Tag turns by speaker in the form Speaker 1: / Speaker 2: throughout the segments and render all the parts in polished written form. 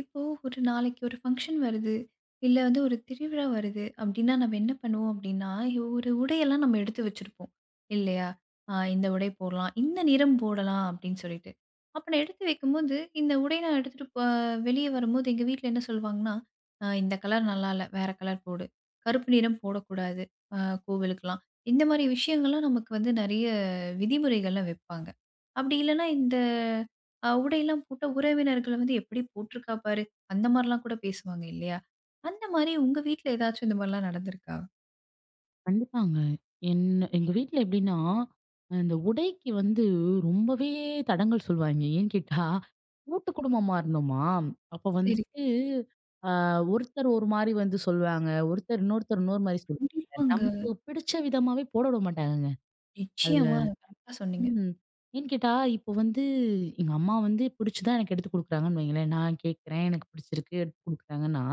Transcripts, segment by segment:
Speaker 1: இப்போ ஒரு நாளைக்கு ஒரு ஃபங்ஷன் வருது. இல்ல வந்து ஒரு திருவிழா வருது அப்டின்னா, நம்ம என்ன பண்ணுவோம் அப்டின்னா, ஒரு உடையெல்லாம் நம்ம எடுத்து வச்சிருப்போம். இல்லையா? இந்த உடை போடலாம். இந்த நிறம் போடலாம் அப்டின்னு சொல்லிட்டு. அப்ப நான் எடுத்து வைக்கும்போது, இந்த உடை நான் எடுத்துட்டு வெளிய வரும்போது எங்க வீட்ல என்ன சொல்லுவாங்கன்னா, இந்த கலர் நல்லா இல்ல. வேற கலர் போடு. கருப்பு நிறம் போடக்கூடாது. அ கோவிலுக்கெல்லாம்." இந்த மாரி விஷயங்கள்லாம் நமக்கு வந்து நெறைய விதிமுறைகள்லாம் வைப்பாங்க. அப்டி இல்லன்னா இந்த உடையெல்லாம் போட்டா உறவினர்கள் வந்து "எப்படி போட்டிருக்கா பாரு!" அந்த மாரிலாம் கூட பேசுவாங்க இல்லையா? அந்த மாரி உங்க வீட்ல ஏதாச்சும் இந்த மாரிலாம் நடந்திருக்கா?
Speaker 2: கண்டிப்பாங்க. என்ன எங்க வீட்ல எப்படின்னா, அந்த உடைக்கு வந்து ரொம்பவே தடங்கல் சொல்லுவாய்ங்க. ஏன்னு கேட்டா, கூட்டு குடும்பமா இருந்தோமா, அப்ப
Speaker 1: சரி.
Speaker 2: வந்துட்டு அ ஒருத்தர் ஒரு மாரி வந்து சொல்லுவாங்க. ஒருத்தர் இன்னொருத்தர் இன்னொரு மாரி சொல்லுவாங்க.
Speaker 1: கண்டிப்பாங்க.
Speaker 2: நமக்கு பிடிச்ச விதமாவே போட விட மாட்டாங்கங்க. அதுல
Speaker 1: நிச்சயமா. அது கரெக்ட்டா சொன்னீங்க.
Speaker 2: ம். ஏன்னு கேட்டா, இப்போ வந்து எங்க அம்மா வந்து பிடிச்சு தான் எனக்கு எடுத்து குடுக்குறாங்கன்னு வைங்களேன். நான் கேட்கிறேன், எனக்கு பிடிச்சிருக்கு எடுத்து குடுக்குறாங்கன்னா,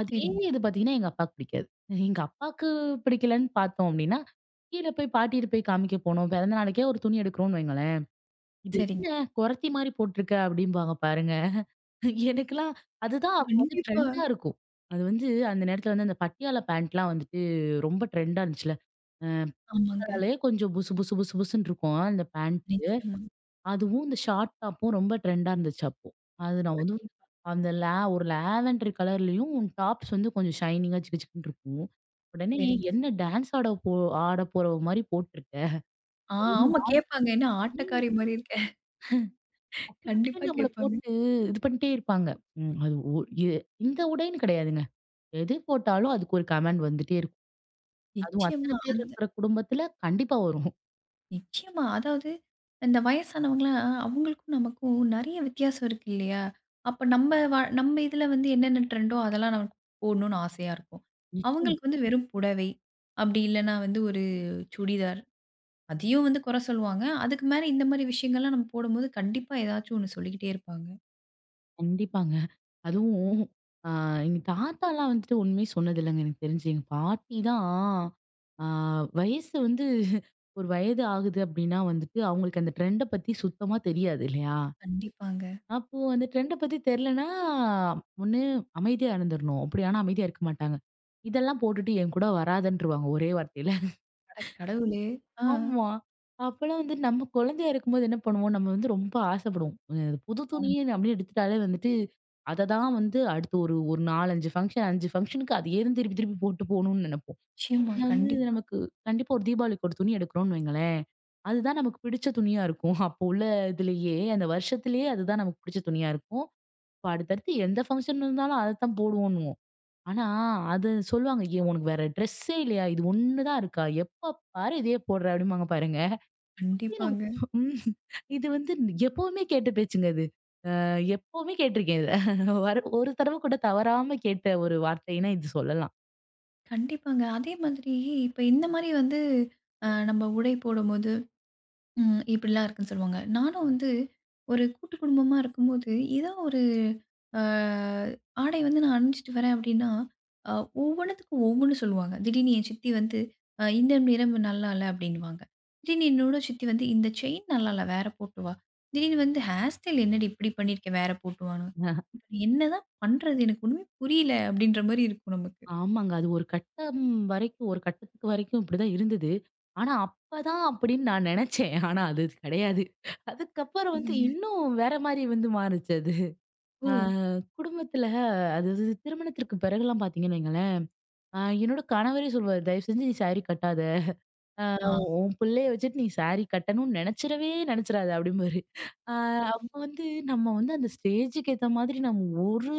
Speaker 2: அதே
Speaker 1: சரிங்க,
Speaker 2: இது பார்த்தீங்கன்னா, எங்க அப்பாக்கு பிடிக்காது. எங்க அப்பாக்கு பிடிக்கலன்னு பார்த்தோம் அப்டின்னா, கீழ போய் பாட்டிட்ட போய் காமிக்க போனோம். பிறந்த நாளைக்கே ஒரு துணி எடுக்கிறோம்னு வைங்களேன். "இது
Speaker 1: சரிங்க.
Speaker 2: என்ன கொறத்தி மாரி போட்டுருக்க" அப்டிம்பாங்க பாருங்க. எனக்கெல்லாம் அதுதான் அப்போ வந்து
Speaker 1: கண்டிப்பா.
Speaker 2: ட்ரெண்டா இருக்கும். அது வந்து அந்த நேரத்துல வந்து அந்த பட்டியாலா பேண்ட்லாம் வந்துட்டு ரொம்ப ட்ரெண்டா இருந்துச்சுல்ல. அ
Speaker 1: ஆமாங்க.
Speaker 2: அதனாலயே கொஞ்சம் புசு புசு புசு புசுன்னு இருக்கும் அந்த பேண்ட்.
Speaker 1: நிச்சயமா.
Speaker 2: அதுவும் இந்த ஷார்ட் டாப்பும் ரொம்ப ட்ரெண்டா இருந்துச்சு அப்போ. அது நான் வந்து
Speaker 1: கண்டிப்பா.
Speaker 2: அந்த லே ஒரு லாவெண்டர் கலர்லயும் டாப்ஸ் வந்து கொஞ்சம் ஷைனிங்கா சிக்கு சிக்குன்னு இருக்கும். உடனே
Speaker 1: சரிங்க.
Speaker 2: "என்ன டான்ஸ் ஆட போ ஆட போற மாரி போட்டுருக்க."
Speaker 1: ஆ
Speaker 2: இது
Speaker 1: ஆமா கேட்பாங்க. என்ன ஆட்டக்காரி
Speaker 2: ம்
Speaker 1: மாரி இருக்க.
Speaker 2: அப்படி கூட
Speaker 1: கண்டிப்பா
Speaker 2: நம்மள
Speaker 1: கேட்பாங்க.
Speaker 2: போட்டு இது பண்ணிட்டே இருப்பாங்க. ம் அது ஒ எ இந்த உடைன்னு கிடையாதுங்க. எது போட்டாலும் அதுக்கு ஒரு கமெண்ட் வந்துட்டே இருக்கும். அதுவும்
Speaker 1: நிச்சயமா.
Speaker 2: அத்தன பேர் இருக்கிற குடும்பத்துல கண்டிப்பா வரும்.
Speaker 1: நிச்சயமா. அதாவது இந்த வயசானவங்கலாம் அவங்களுக்கும் நமக்கும் நெறைய வித்தியாசம் இருக்கு இல்லையா? அப்ப நம்ம இதுல வந்து என்னென்ன ட்ரெண்டோ அதெல்லாம் நமக்கு போடணும்னு ஆசையா இருக்கும்.
Speaker 2: நிச்சயம்.
Speaker 1: அவங்களுக்கு வந்து வெறும் புடவை, அப்படி இல்லன்னா வந்து ஒரு சுடிதார் அதையும் வந்து குறை சொல்லுவாங்க. அதுக்கு மேல இந்த மாரி விஷயங்கள்லாம் நம்ம போடும்போது கண்டிப்பா ஏதாச்சும் ஒண்ணு சொல்லிக்கிட்டே இருப்பாங்க.
Speaker 2: கண்டிப்பாங்க. அதுவும் ஆ எங்க தாத்தாலாம் வந்துட்டு ஒண்ணுமே சொன்னதில்லங்க எனக்கு தெரிஞ்சு. எங்க பாட்டி தான் ஆ வயசு வந்து ஒரு வயது ஆகுது அப்டின்னா வந்துட்டு, அவங்களுக்கு அந்த ட்ரெண்ட பத்தி சுத்தமா தெரியாது இல்லையா?
Speaker 1: கண்டிப்பாங்க.
Speaker 2: அப்போ அந்த ட்ரெண்ட பத்தி தெர்லன்னா, ஒண்ணு அமைதியா இருந்துரணும். அப்டி ஆனா அமைதியா இருக்க மாட்டாங்க. இதெல்லாம் போட்டுட்டு என் கூட வராதன்ருவாங்க ஒரே வார்த்தையில.
Speaker 1: அட கடவுளே! ஆ.
Speaker 2: ஆமா. அப்பலாம் வந்து நம்ம குழந்தையா இருக்கும்போது என்ன பண்ணுவோம், நம்ம வந்து ரொம்ப ஆசைப்படுவோம். புது
Speaker 1: ஆமா.
Speaker 2: துணிய அப்படியே எடுத்துட்டாலே வந்துட்டு, அத தான் வந்து அடுத்து ஒரு ஒரு 4, 5 ஃபங்ஷன் 5 ஃபங்ஷனுக்கு அதையே தான் திருப்பி திருப்பி போட்டு போணும்னு நெனைப்போம்.
Speaker 1: நிச்சயமா.
Speaker 2: ஏன்னா வந்து இது
Speaker 1: கண்டிப்பா,
Speaker 2: நமக்கு கண்டிப்பா ஒரு தீபாவளிக்கு ஒரு துணி எடுக்கிறோம்னு வைங்களேன், அதுதான் நமக்கு பிடிச்ச துணியா இருக்கும். அப்போ உள்ள இதுலயே அந்த வருஷத்திலேயே அதுதான் நமக்கு பிடிச்ச துணியா இருக்கும். இப்ப அடுத்தடுத்து எந்த ஃபங்ஷன் இருந்தாலும் அதத்தான் போடுவோன்னுவோம். ஆனா அது சொல்லுவாங்க, "ஏன் உனக்கு வேற ட்ரெஸ்ஸே இல்லையா? இது ஒண்ணு தான் இருக்கா? எப்ப பாரு இதையே போடுற" அப்படிம்பாங்க பாருங்க. இது
Speaker 1: கண்டிப்பாங்க.
Speaker 2: நமக்கு ம். இது வந்து எப்பவுமே கேட்ட பேச்சுங்க இது. அ எப்பவுமே கேட்டிருக்கேன் இத. வரு ஒரு தடவ கூட தவறாம கேட்ட ஒரு வார்த்தைன்னா இது சொல்லலாம்.
Speaker 1: கண்டிப்பாங்க. அதே மாதிரி இப்ப இந்த மாரி வந்து நம்ம உடை போடும்போது ம். இப்படிலாம் இருக்குன்னு சொல்லுவாங்க. நானும் வந்து ஒரு கூட்டு குடும்பமா இருக்கும்போது, ஏதோ ஒரு அ ஆடை வந்து நான் அணிஞ்சிட்டு வரேன் அப்படின்னா, அ ஒவ்வொன்னுத்துக்கும் ஒவ்வொன்னு சொல்லுவாங்க. திடீர்னு என் சித்தி வந்து இந்த நிறம் நல்லா இல்ல அப்படின்னுவாங்க. திடீர்னு என்னோட சித்தி வந்து இந்த செயின் நல்லா இல்ல வேற போட்டு வா. திடீர்னு வந்து ஹேர் ஸ்டைல் என்னடி இப்படி பண்ணியிருக்க வேற போட்டு வான்னு. இப்ப என்னதான் பண்றது? எனக்கு ஒண்ணுமே புரியல அப்படின்ற மாரி இருக்கும் நமக்கு.
Speaker 2: ஆமாங்க. அது ஒரு கட்டம் வரைக்கும் ஒரு கட்டத்துக்கு வரைக்கும் இப்படிதான் இருந்தது. ஆனா அப்பதான் அப்படின்னு நான் நெனச்சேன். ஆனா அது கிடையாது. அதுக்கப்புறம் வந்து
Speaker 1: சரிங்க.
Speaker 2: இன்னும் வேற மாரி வந்து மாறுச்சு அது.
Speaker 1: ஓ!
Speaker 2: ஆ குடும்பத்துல அதாவது திருமணத்திற்கு பிறகுலாம் பார்த்தீங்கன்னு வைங்களேன், என்னோட கணவரே சொல்லுவாரு, "தயவு செஞ்சு நீ சாரி கட்டாத." ஆ
Speaker 1: ஆ.
Speaker 2: "உன் பிள்ளைய வச்சுட்டு நீ சாரி கட்டணும்னு நெனச்சிடவே நெனச்சிடாத" அப்படிம்பாரு. ஆ அப்ப வந்து நம்ம வந்து அந்த ஸ்டேஜுக்கு ஏத்த மாதிரி நம்ம ஒரு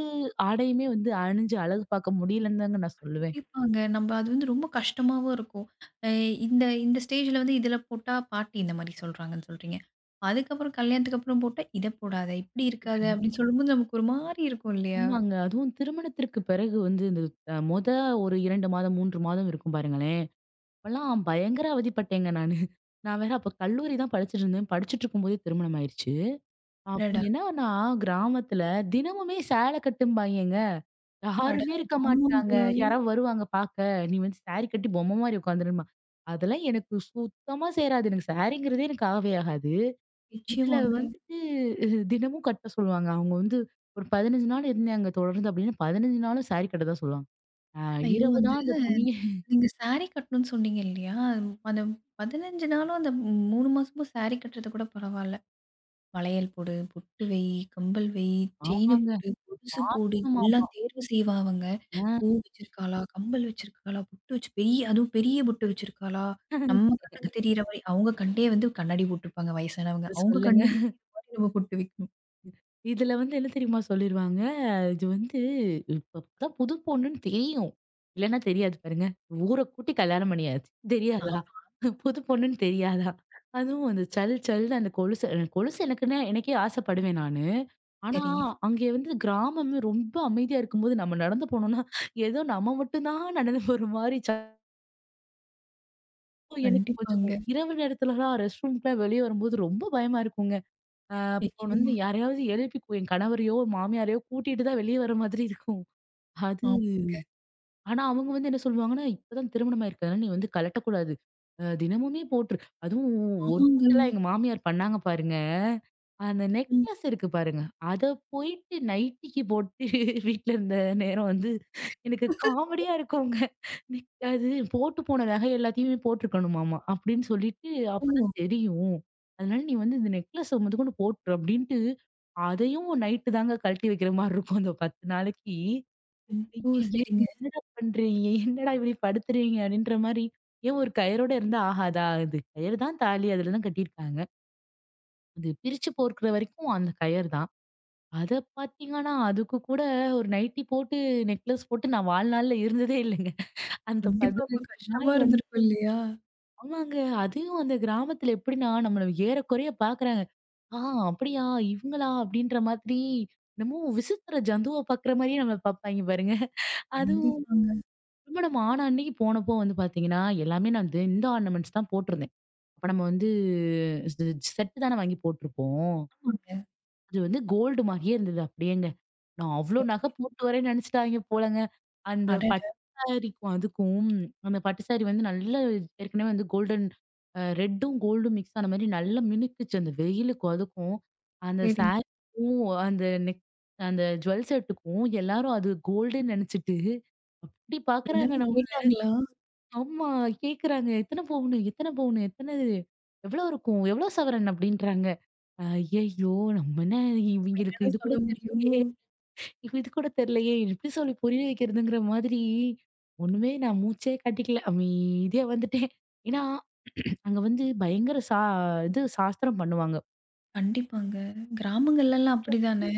Speaker 2: ஆடையுமே வந்து அணிஞ்சு அழகு பார்க்க முடியலன்னு தாங்க நான் சொல்லுவேன்.
Speaker 1: கண்டிப்பாங்க. நம்ப அது வந்து ரொம்ப கஷ்டமாவும் இருக்கும். அ இந்த இந்த ஸ்டேஜ்ல வந்து இதில போட்டா பாட்டி இந்த மாரி சொல்றாங்கன்னு சொல்றீங்க. அதுக்கப்புறம் கல்யாணத்துக்கு அப்புறம் போட்டா, "இத போடாத, இப்படி இருக்காத" அப்படின்னு சொல்லும்போது நமக்கு ஒரு மாரி இருக்கும் இல்லையா?
Speaker 2: ஆமாங்க. அதுவும் திருமணத்திற்கு பிறகு வந்து இந்த அ மொத ஒரு 2 மாதம், 3 மாதம் இருக்கும் பாருங்களேன். அப்பலாம் பயங்கர அவதிப்பட்டேங்க நானு. நான் வேற அப்ப கல்லூரி தான் படிச்சுட்டு இருந்தேன். படிச்சுட்டு இருக்கும்போதே திருமணம் ஆயிருச்சு. அப்ப
Speaker 1: அடடா!
Speaker 2: என்னன்னா, கிராமத்துல தினமுமே சேலை கட்டும்பாய்ங்கங்க.
Speaker 1: அட
Speaker 2: யாருமே இருக்க மாட்டாங்க.
Speaker 1: ஆமாங்க.
Speaker 2: யாராவது வருவாங்க பாக்க. "நீ வந்து சாரி கட்டி பொம்மை மாரி உட்காந்துருமா." அதெல்லாம் எனக்கு சுத்தமா சேராது. எனக்கு சாரிங்கிறதே எனக்கு ஆகவே ஆகாது. இதுல
Speaker 1: நிச்சயமாங்க.
Speaker 2: வந்துட்டு தினமும் கட்ட சொல்லுவாங்க. அவங்க வந்து ஒரு 15 நாள் இருந்தாங்க தொடர்ந்து அப்படின்னா, 15 நாளும் சாரி கட்ட தான் சொல்லுவாங்க. அ
Speaker 1: ஐயோ!
Speaker 2: இரவு
Speaker 1: அந்த
Speaker 2: தான் அந்த துணிய
Speaker 1: நீங்க சாரி கட்டணும்னு சொன்னீங்க இல்லையா? அந்த 15 நாளும் அந்த 3 மாசமும் சாரி கட்டுறது கூட பரவால்ல. வளையல் போடு, பொட்டு வை, கம்பல் வை, செயின்
Speaker 2: ஆமாங்க.
Speaker 1: போடு, கொலுசு போடு
Speaker 2: காட்டணுமாம்.
Speaker 1: எல்லாம் தேர்வு செய்வா அவங்க.
Speaker 2: ஆ
Speaker 1: பூ வச்சிருக்காளா? கம்மல் வச்சிருக்காளா? பொட்டு வச்சு பெரிய அதுவும் பெரிய பொட்டு வச்சிருக்காளா? நம்ம கண்ணுக்கு தெரியிற மாரி அவங்க கண்ணே வந்து கண்ணாடி போட்டுருப்பாங்க வயசானவங்க. அவங்க
Speaker 2: சொல்லுங்க.
Speaker 1: கண்ணுக்கு தெரியிற மாரி நம்ம பொட்டு வைக்கணும்.
Speaker 2: இதுல வந்து என்ன தெரியுமா சொல்லிருவாங்க, இது வந்து இப்பதான் புது பொண்ணுன்னு தெரியும். இல்லன்னா தெரியாது பாருங்க. ஊர கூட்டி கல்யாணம் பண்ணியாச்சு.
Speaker 1: ஆ
Speaker 2: தெரியாதா? புது பொண்ணுன்னு தெரியாதா? அதுவும் அந்த சல் சல்னு அந்த கொலுசு எனக்கு கொலுசு எனக்குன்னா எனக்கே ஆசைப்படுவேன் நானு. ஆனா,
Speaker 1: சரிங்க.
Speaker 2: அங்கே வந்து கிராமமே ரொம்ப அமைதியா இருக்கும்போது நம்ம நடந்து போனோம்னா, ஏதோ நம்ம மட்டும் தான் நடந்து போற மாரி சத்தம் எனக்கு கொஞ்சம்
Speaker 1: கண்டிப்பாங்க.
Speaker 2: இரவு நேரத்துலலாம் ரெஸ்ட் ரூம்க்குலாம் வெளிய வரும்போது ரொம்ப பயமா இருக்குங்க. அப்போ
Speaker 1: நிச்சயமா.
Speaker 2: வந்து யாரையாவது எழுப்பி கூ என் கணவரையோ, மாமியாரையோ கூட்டிட்டு தான் வெளிய வர மாதிரி இருக்கும். அது
Speaker 1: ஆமாங்க.
Speaker 2: ஆனா, அவங்க வந்து என்ன சொல்லுவாங்கன்னா, "இப்பதான் திருமணம் ஆயிருக்கு. அதனால நீ வந்து கழட்டக்கூடாது. தினமுமே போட்டுரு." அதுவும் ஒரு
Speaker 1: ஆமாங்க.
Speaker 2: பூட்டெல்லாம் எங்க மாமியார் பண்ணாங்க பாருங்க. அந்த
Speaker 1: ம்.
Speaker 2: நெக்லஸ் இருக்கு பாருங்க. அத போயிட்டு நைட்டிக்கு போட்டு வீட்ல இருந்த நேரம் வந்து எனக்கு காமெடியா இருக்குங்க. நெக் அது போட்டு போன நகை எல்லாத்தையுமே போட்டுருக்கணுமாமா அப்படின்னு சொல்லிட்டு,
Speaker 1: ஓ!
Speaker 2: "அப்பதான் தெரியும். அதனால நீ வந்து இந்த நெக்லஸ முதற்கொண்டு போட்டுரு" அப்படின்ட்டு, அதையும் நைட்டு தாங்க கழட்டி வைக்கிற மாரி இருக்கும் அந்த 10 நாளைக்கு.
Speaker 1: ம். ஓ!
Speaker 2: ஐயய்ய!
Speaker 1: சரிங்க.
Speaker 2: என்னடா பண்றீங்க? என்னடா இப்படி படுத்துறீங்க? அப்படின்ற மாரி. ஏன் ஒரு கயரோட இருந்தா ஆகாதா? அது கயிறு தான் தாலி, அதுல தான் கட்டியிருக்காங்க. அது பிரிச்சு போர்க்கிற வரைக்கும் அந்த கயறு தான். அத பார்த்தீங்கன்னா, அதுக்கு கூட ஒரு நைட்டி போட்டு, நெக்லஸ் போட்டு நான் வாழ்நாள்ல இருந்ததே இல்லைங்க. அந்த
Speaker 1: கண்டிப்பா அப்ப
Speaker 2: 15
Speaker 1: கஷ்டமா
Speaker 2: நாள் வந்து
Speaker 1: இருந்திருக்கும் இல்லையா?
Speaker 2: ஆமாங்க. அதையும் அந்த கிராமத்துல எப்படின்னா, நம்மள ஏறக்குறைய பார்க்குறாங்க. ஆ அப்படியா? இவங்களா? அப்படின்ற மாதிரி என்னமோ விசித்திர ஜந்துவ பார்க்குற மாரியே நம்மள பார்ப்பாய்ங்க பாருங்க. அதுவும்
Speaker 1: கண்டிப்பாங்க.
Speaker 2: திருமணம் ஆன அன்னைக்கு போனப்போ வந்து பாத்தீங்கன்னா, எல்லாமே நான் வந்து இந்த ஆர்னமெண்ட்ஸ் தான் போட்டிருந்தேன். அப்ப நம்ம வந்து இது செட் தானே வாங்கி போட்டிருப்போம்.
Speaker 1: ஆமாங்க.
Speaker 2: அது வந்து கோல்டு மாரியே இருந்தது அப்படியேங்க. நான் அவ்ளோ
Speaker 1: சரி.
Speaker 2: நகை போட்டு வரேன்னு நினைச்சுட்டாங்க போலங்க. அந்த பட்டு
Speaker 1: அடடா!
Speaker 2: சாரிக்கும் அதுக்கும் அந்த பட்டு சாரி வந்து நல்ல ஏற்கனவே வந்து கோல்டன் ரெட்டும் கோல்டும் மிக்ஸ் ஆன மாரி நல்லா மினுக்குச்சு. அந்த வெயிலுக்கும் அதுக்கும். அந்த
Speaker 1: சரிங்க.
Speaker 2: சாரிக்கும் அந்த நெக் அந்த ஜுவல் செட்டுக்கும் எல்லாரும் அது கோல்டுன்னு நினைச்சுட்டு அப்படி பாக்குறாங்க
Speaker 1: எல்லாரும் கேட்டாங்களா? நம்ம
Speaker 2: ஆமா. கேக்குறாங்க. எத்தன பவுனு? எத்தன பவுனு? எத்தன எவ்வளோ இருக்கும்? எவ்வளோ சவரன்? அப்டின்றாங்க. ஐய்யய்யோ! நம்ம என்ன இவிங்களுக்கு
Speaker 1: என்னடா
Speaker 2: இது கூட
Speaker 1: சொல்ல
Speaker 2: தெர்ல
Speaker 1: முடியும்?
Speaker 2: இது கூட தெர்லையே! எப்டி சொல்லி புரிய வைக்கிறதுங்கிற மாதிரி, ஒண்ணுமே நான் மூச்சே காட்டிக்கல. அமைதியா வந்துட்டேன். ஏன்னா, அங்க வந்து பயங்கர சா இது சாஸ்திரம் பண்ணுவாங்க.
Speaker 1: கண்டிப்பாங்க. கிராமங்கள்லலாம் அப்படிதானே!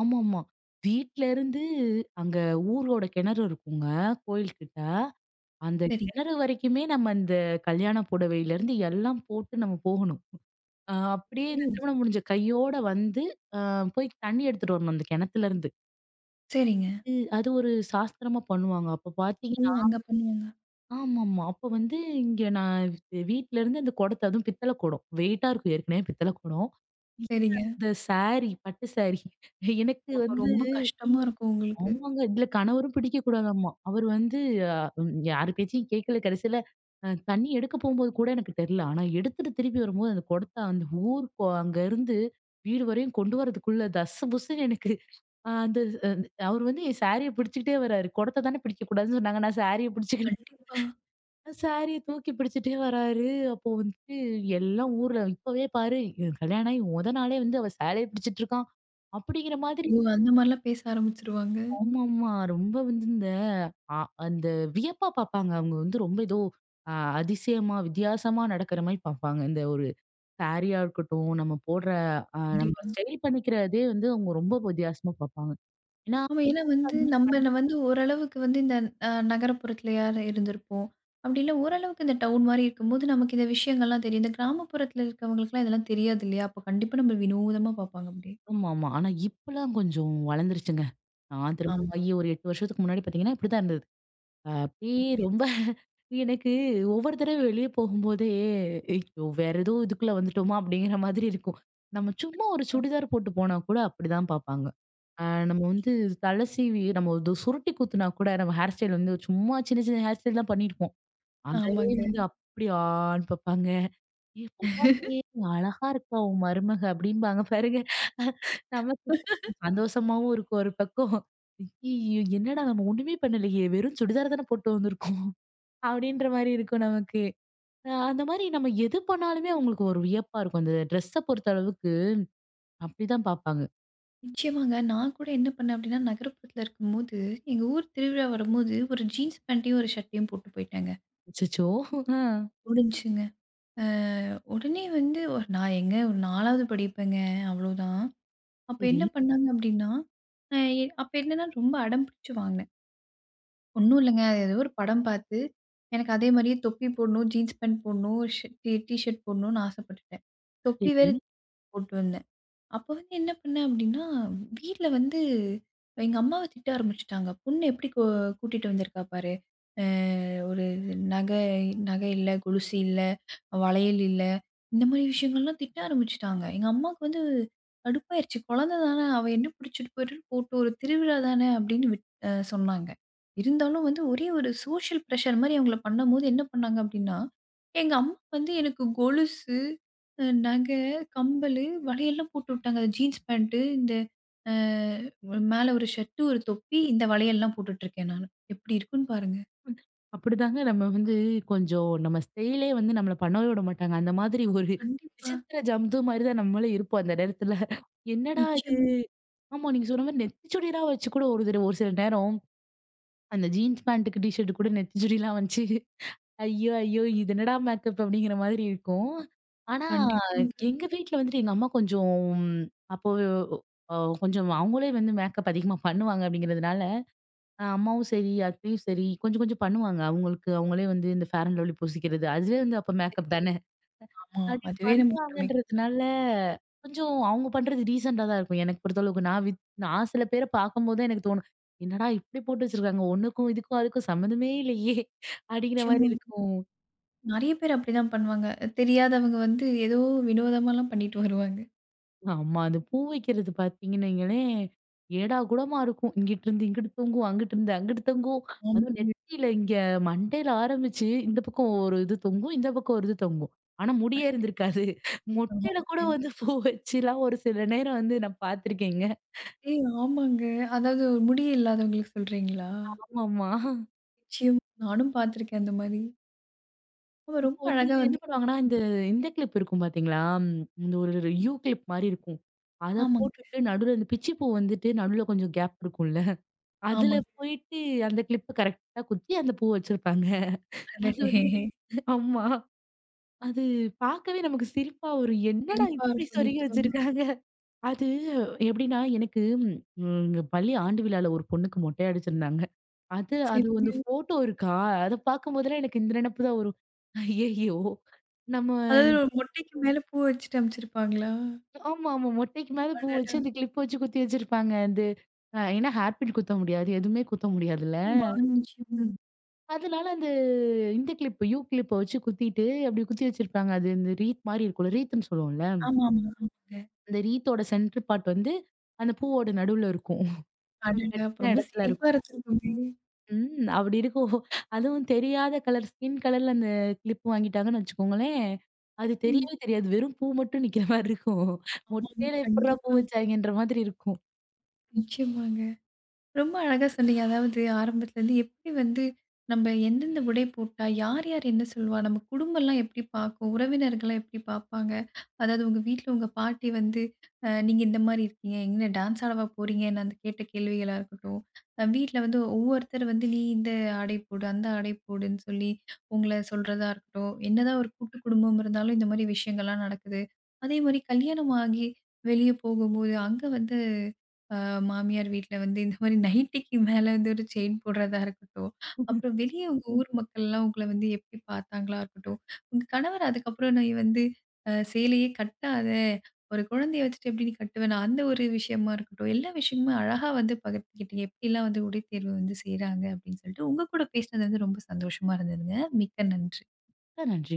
Speaker 2: ஆமாமா. வீட்ல இருந்து அங்க ஊரோட கிணறு இருக்குங்க, கோயில் கிட்ட. அந்த
Speaker 1: சரிங்க.
Speaker 2: கிணறு வரைக்குமே நம்ம இந்த கல்யாண புடவையிலருந்து எல்லாம் போட்டு நம்ம போகணும். அப்படியே
Speaker 1: ஓ!
Speaker 2: இந்த திருமணம் முடிஞ்ச கையோட வந்து, அ போய் தண்ணி எடுத்துட்டு வரணும் அந்த கிணத்துலருந்து.
Speaker 1: சரிங்க.
Speaker 2: அது அது ஒரு சாஸ்திரமா பண்ணுவாங்க. அப்ப
Speaker 1: ஓ!
Speaker 2: பார்த்தீங்கன்னா
Speaker 1: அங்க பண்ணுவாங்க.
Speaker 2: ஆமாமா. அப்ப வந்து இங்க நான் வீட்லருந்து அந்த குடத்த அதுவும் பித்தள குடம். வெயிட்டா இருக்கும் ஏற்கனவே பித்தள குடம்.
Speaker 1: சரிங்க.
Speaker 2: இந்த சாரி பட்டு சாரி எனக்கு
Speaker 1: அப்ப
Speaker 2: வந்து
Speaker 1: ரொம்ப கஷ்டமா இருக்கும் உங்களுக்கு.
Speaker 2: ஆமாங்க. இதுல கணவரும் பிடிக்கக்கூடாதாமா. அவர் வந்து அ யாரு பேச்சையும் கேட்கல. கடைசியில தண்ணி எடுக்க போம்போது கூட எனக்கு தெரியல. ஆனா எடுத்துட்டு திருப்பி வரும்போது அந்த குடத்த அந்த ஊர் கொ அங்க இருந்து வீடு வரையும் கொண்டு வரதுக்குள்ள தஸ்ஸு புஸ்ஸுன்னு எனக்கு அ அந்த அ அவர் வந்து என் சாரிய பிடிச்சுக்கிட்டே வராரு. குடத்த தானே பிடிக்கக்கூடாதுன்னு சொன்னாங்க. நான் சாரிய பிடிச்சுக்கிட்டு
Speaker 1: கண்டிப்பா.
Speaker 2: சாரிய தூக்கி பிடிச்சுட்டே வராரு. அப்போ வந்துட்டு எல்லாம் ஊர்ல இப்பவே பாரு இவன் கல்யாணம் ஆகி மொத நாளே வந்து அவ சாரிய பிடிச்சுட்டு இருக்கான். அப்படிங்கிற மாதிரி
Speaker 1: ஓ! அந்த மாரிலாம் பேச ஆரம்பிச்சுருவாங்க.
Speaker 2: ஆமாமா. ரொம்ப வந்து இந்த அ அந்த வியப்பா பார்ப்பாங்க. அவங்க வந்து ரொம்ப ஏதோ அ அதிசயமா, வித்தியாசமா நடக்கிற மாரி பார்ப்பாங்க. இந்த ஒரு சாரியா இருக்கட்டும், நம்ம போடுற நம்ம
Speaker 1: கண்டிப்பா.
Speaker 2: ஸ்டைல் பண்ணிக்கிறதே வந்து அவங்க ரொம்ப வித்தியாசமா பார்ப்பாங்க. ஏன்னா
Speaker 1: ஆமா. ஏன்னா வந்து நம்மள வந்து ஓரளவுக்கு வந்து இந்த நகரப்புறத்துலயா இருந்திருப்போம். அப்படி இல்ல ஓரளவுக்கு இந்த டவுன் மாரி இருக்கும்போது நமக்கு இந்த விஷயங்கள்லாம் தெரியும். இந்த கிராமப்புறத்துல இருக்கவங்களுக்குலாம் இதெல்லாம் தெரியாது இல்லையா? அப்ப கண்டிப்பா நம்மள வினோதமா பார்ப்பாங்க அப்படி.
Speaker 2: ஆமாமா. ஆனா இப்பலாம் கொஞ்சம் வளர்ந்துருச்சுங்க. நான்
Speaker 1: ஆமா.
Speaker 2: திருமணமாகி ஒரு 8 வருஷத்துக்கு முன்னாடி பார்த்தீங்கன்னா, இப்படித்தான் இருந்தது. அப்படியே
Speaker 1: சரிங்க.
Speaker 2: ரொம்ப எனக்கு ஒவ்வொரு தடவை வெளியே போகும்போதே ஐயோ வேற ஏதோ இதுக்குள்ள வந்துட்டோமா அப்படிங்கிற மாதிரி இருக்கும். நம்ம சும்மா ஒரு சுடிதார் போட்டு போனா கூட அப்படிதான் பார்ப்பாங்க. அ நம்ம வந்து தலை சீவி நம்ம ஒரு சுருட்டி குத்துனா கூட நம்ம ஹேர் ஸ்டைல் வந்து சும்மா சின்ன சின்ன ஹேர் ஸ்டைல் தான் பண்ணியிருப்போம். அதவே
Speaker 1: ஆமாங்க.
Speaker 2: வந்து அப்படி ஆன்னு பார்ப்பாங்க. ஏ பரவாயில்லையே! அழகா இருக்கா உன் மருமக அப்டிம்பாங்க பாருங்க. நமக்கு சந்தோஷமாவும் இருக்கும் ஒரு பக்கம். ஐய்யய்யோ! என்னடா நம்ம ஒண்ணுமே பண்ணலையே! வெறும் சுடிதார் தானே போட்டு வந்திருக்கோம். அப்டின்ற மாரி இருக்கும் நமக்கு. அந்த மாரி நம்ம எது பண்ணாலுமே அவங்களுக்கு ஒரு வியப்பா இருக்கும். அந்த ட்ரெஸ்ஸ பொறுத்த அளவுக்கு அப்டிதான் பார்ப்பாங்க.
Speaker 1: நிச்சயமாங்க. நான் கூட என்ன பண்ணேன் அப்படின்னா, நகரப்புறத்துல இருக்கும்போது, எங்க ஊர் திருவிழா வரும்போது ஒரு ஜீன்ஸ் பேண்ட்டையும், ஒரு ஷர்ட்டையும் போட்டு போயிட்டேங்க.
Speaker 2: அச்சச்சோ! ஆ
Speaker 1: முடிஞ்சுங்க. அ உடனே வந்து ஒரு நான் எங்க ஒரு 4வது படிப்பேங்க. அவ்வளோதான். அப்ப
Speaker 2: சரி,
Speaker 1: என்ன பண்ணாங்க அப்டின்னா, அ எ அப்ப என்னன்னா ரொம்ப அடம் பிடிச்சு வாங்குனேன். ஒண்ணும் இல்லங்க. அது ஏதோ ஒரு படம் பார்த்து, எனக்கு அதே மாரியே தொப்பி போடணும், ஜீன்ஸ் பேண்ட் போடணும், டி ஷர்ட் போடணும்னு ஆசைப்பட்டுட்டேன். தொப்பி வேற
Speaker 2: சரி.
Speaker 1: போட்டு வந்தேன். அப்ப வந்து என்ன பண்ணேன் அப்படின்னா, வீட்ல வந்து எங்க அம்மாவ திட்ட ஆரம்பிச்சுட்டாங்க. "பொண்ணு எப்படி கூட்டிட்டு வந்திருக்கா பாரு. அ ஒரு நகை நகை இல்ல, கொலுசு இல்ல, வளையல் இல்ல." இந்த மாரி விஷயங்கள்லாம் திட்ட ஆரம்பிச்சுட்டாங்க. எங்க அம்மாவுக்கு வந்து கடுப்பாயிருச்சு. "குழந்த தானே, அவ என்ன பிடிச்சிட்டு போயிட்டு போட்டும். ஒரு திருவிழா தானே." அப்படின்னு விட் அ சொன்னாங்க. இருந்தாலும் வந்து ஒரே ஒரு சோஷியல் பிரஷர் மாரி அவங்கள பண்ணும்போது என்ன பண்ணாங்க அப்படின்னா, எங்க அம்மா வந்து எனக்கு கொலுசு, நகை கம்பளு, வளையல்லாம் போட்டு விட்டாங்க. அது ஜீன்ஸ் பேண்ட்டு, இந்த அ மேல ஒரு ஷர்ட்டு, ஒரு தொப்பி, இந்த வளையல்லாம் போட்டுட்டுருக்கேன் நானு. எப்படி இருக்குன்னு பாருங்க.
Speaker 2: அப்டிதாங்க நம்ம வந்து கொஞ்சம் நம்ம ஸ்டைலே வந்து நம்மள பண்ணவே விட மாட்டாங்க. அந்த மாதிரி ஒரு
Speaker 1: கண்டிப்பா.
Speaker 2: விசித்திர ஜந்து மாரி தான் நம்மளும் இருப்போம் அந்த நேரத்துல. என்னடா இது!
Speaker 1: நிச்சயம்.
Speaker 2: ஆமா. நீங்க சொன்ன மாரி நெத்திச்சுடிலாம் வச்சு கூட ஒரு தடவ ஒரு சில நேரம், அந்த ஜீன்ஸ் பேண்ட்டுக்கு டீ ஷர்ட் கூட நெத்திச்சுடிலாம் வந்துச்சு. ஐயோ! ஐயோ! இது என்னடா மேக்கப் அப்படிங்கிற மாதிரி இருக்கும். ஆனா,
Speaker 1: கண்டிப்பாங்க.
Speaker 2: எங்க வீட்ல வந்துட்டு எங்க அம்மா கொஞ்சம் அப்போ அ கொஞ்சம் அவங்களே வந்து மேக்கப் அதிகமா பண்ணுவாங்க அப்படிங்கிறதுனால, அம்மாவும் சரி, அத்தையும் சரி கொஞ்சம் கொஞ்சம் பண்ணுவாங்க. அவங்களுக்கு அவங்களே வந்து இந்த ஃபேர் அண்ட் லவ்லி பூசிக்கிறது, அதுவே வந்து அப்ப மேக்கப் தானே.
Speaker 1: ஆமா.
Speaker 2: அப்படி
Speaker 1: அதுவே நமக்கு ஒரு மிகப்பெரிய
Speaker 2: பண்ணுவாங்கன்றதுனால, கொஞ்சம் அவங்க பண்றது டீசென்ட்டா தான் இருக்கும். எனக்கு பொறுத்தளவுக்கு. நான் வித் நான் சில பேர பார்க்கும்போது எனக்கு தோணும். என்னடா இப்படி போட்டு வச்சிருக்காங்க. ஒண்ணுக்கும் இதுக்கும் அதுக்கும் சம்மந்தமே இல்லையே! அப்படிங்கிற மாரி
Speaker 1: நிச்சயமாங்க.
Speaker 2: இருக்கும்.
Speaker 1: நெறைய பேர் அப்படிதான் பண்ணுவாங்க. தெரியாதவங்க வந்து ஏதோ வினோதமாலாம் பண்ணிட்டு வருவாங்க.
Speaker 2: ஆமா. அந்த பூ வைக்கிறது பார்த்தீங்கன்னு வைங்களேன், ஏடா கூடமா இருக்கும். இங்கிட்டுருந்து இங்கிட்டு தொங்கும், அங்கிட்டுருந்து அங்கிட்டு தொங்கும். அதுவும்
Speaker 1: ஆமாங்க.
Speaker 2: நெத்தியில இங்க மண்டையில ஆரம்பிச்சு, இந்த பக்கம் ஒரு இது தொங்கும், இந்த பக்கம் ஒரு இது தொங்கும். ஆனா முடியே
Speaker 1: கண்டிப்பா.
Speaker 2: இருந்திருக்காது. மொட்டையில கூட
Speaker 1: ஆமாங்க.
Speaker 2: வந்து பூ வச்சுலாம் ஒரு சில நேரம் வந்து நான் பார்த்துருக்கேங்க.
Speaker 1: ஏய் ஆமாங்க. அதாவது ஒரு முடியே இல்லாதவங்களுக்கு சொல்றீங்களா?
Speaker 2: ஆமாமா.
Speaker 1: நிச்சயம். நானும் பார்த்துருக்கேன் அந்த மாரி. அவ ரொம்ப
Speaker 2: இப்போ வந்து
Speaker 1: அழகா
Speaker 2: என்ன
Speaker 1: வந்து
Speaker 2: பண்ணுவாங்கன்னா, இந்த இந்த கிளிப் இருக்கும் பார்த்தீங்களா? இந்த ஒரு யூ கிளிப் மாரி இருக்கும். அத
Speaker 1: ஆமாங்க,
Speaker 2: போட்டுட்டு நடுவுல இந்த பிச்சி பூ வந்துட்டு நடுவுல கொஞ்சம் கேப் இருக்கும்ல. அதுல போயிட்டு அந்த கிளிப்ப கரெக்ட்டா குத்தி அந்த பூ வச்சிருப்பாங்க. அது வந்து
Speaker 1: ஆமாங்க.
Speaker 2: ஆமா. அது பார்க்கவே நமக்கு சிரிப்பா வரும். என்னடா
Speaker 1: இனிப்பா
Speaker 2: இப்படி
Speaker 1: இருக்கும்
Speaker 2: சொருகி
Speaker 1: நிச்சயமா.
Speaker 2: வச்சிருக்காங்க. அது எப்படின்னா எனக்கு ம் இங்க பள்ளி ஆண்டு விழால ஒரு பொண்ணுக்கு மொட்டை அடிச்சிருந்தாங்க. அது அது வந்து
Speaker 1: சரிங்க.
Speaker 2: ஃபோட்டோ இருக்கா? அத பார்க்கும்போதெல்லாம் எனக்கு இந்த நினைப்பு தான் வரும். ஐயய்யோ! நம்ம
Speaker 1: அதாவது ஒரு மொட்டைக்கு மேல பூ வச்சுட்டு அனுப்பிச்சிருப்பாங்களா?
Speaker 2: ஆமா, ஆமா. மொட்டைக்கு மேல பூ
Speaker 1: அடடா!
Speaker 2: வச்சு அந்த கிளிப் வச்சு குத்தி வச்சிருப்பாங்க. அது ஏன்னா ஹேர் பின் குத்த முடியாது. எதுவுமே குத்த முடியாதுல்ல.
Speaker 1: ஆமா, நிச்சயமா.
Speaker 2: ம். அதனால அந்த இந்த கிளிப், யூ கிளிப்ப வச்சு குத்திட்டு அப்படி குத்தி வச்சிருப்பாங்க. அது இந்த ரீத் மாரி இருக்கும்ல. ரீத்துன்னு சொல்லுவோம்ல.
Speaker 1: ஆமாமா, ஆமாங்க.
Speaker 2: அந்த ரீத்தோட சென்டர் பார்ட் வந்து அந்த பூவோட நடுவுல இருக்கும். நம்ம
Speaker 1: அடடா! அப்ப
Speaker 2: கட்டின
Speaker 1: ரொம்ப
Speaker 2: இடத்துல
Speaker 1: சிரிப்பா
Speaker 2: இருக்கும்.
Speaker 1: இருந்திருக்குமே!
Speaker 2: ம். அப்படி இருக்கும். அதுவும் தெரியாத கலர் ஸ்கின் கலர்ல அந்த கிளிப் வாங்கிட்டாங்கன்னு வச்சுக்கோங்களேன், அது
Speaker 1: ம்.
Speaker 2: தெரியவே தெரியாது. வெறும் பூ மட்டும் நிக்கிற மாரி இருக்கும்.
Speaker 1: ஆமாங்க.
Speaker 2: மொட்டையில எப்புட்றா பூ
Speaker 1: கண்டிப்பா.
Speaker 2: வச்சாய்ங்கன்ற மாதிரி இருக்கும்.
Speaker 1: நிச்சயமாங்க. ரொம்ப அழகா சொன்னீங்க. அதாவது ஆரம்பத்துலேருந்து எப்படி வந்து நம்ம எந்தெந்த உடை போட்டா, யார் யார் என்ன சொல்லுவா? நம்ம குடும்பம்லாம் எப்படி பார்க்கும்? உறவினர்கள்லாம் எப்படி பார்ப்பாங்க? அதாவது உங்க வீட்ல உங்க பாட்டி வந்து, நீங்க இந்த மாரி இருக்கீங்க. எங்க டான்ஸ் ஆடவா போறீங்கன்னு அந்த கேட்ட கேள்விகளா இருக்கட்டும். வீட்ல வந்து ஒவ்வொருத்தர் வந்து நீ இந்த ஆடை போடு, அந்த ஆடை போடுன்னு சொல்லி உங்கள சொல்றதா இருக்கட்டும். என்னதான் ஒரு கூட்டு குடும்பம் இருந்தாலும் இந்த மாரி விஷயங்கள்லாம் நடக்குது. அதே மாரி கல்யாணம் ஆகி வெளிய போகும்போது, அங்க வந்து அ மாமியார் வீட்ல வந்து இந்த மாரி நைட்டிக்கு மேல வந்து ஒரு செயின் போடுறதா இருக்கட்டும். அப்புறம் வெளிய உங்க ஊர் மக்கள்லாம் உங்கள வந்து எப்படி பார்த்தாங்களா இருக்கட்டும். உங்க கணவர் அதுக்கப்புறம் நீ வந்து சேலையே கட்டாத, ஒரு குழந்தைய வச்சுட்டு எப்படி நீ கட்டுவ? நான் அந்த ஒரு விஷயமா இருக்கட்டும். எல்லா விஷயமுமே அழகா வந்து பகிர்ந்துக்கிட்டீங்க. எப்படிலாம் வந்து உடை தேர்வு வந்து செய்றாங்க அப்படின்னு சொல்லிட்டு. உங்க கூட பேசினது வந்து ரொம்ப சந்தோஷமா இருந்ததுங்க. மிக்க நன்றி.
Speaker 2: நன்றி.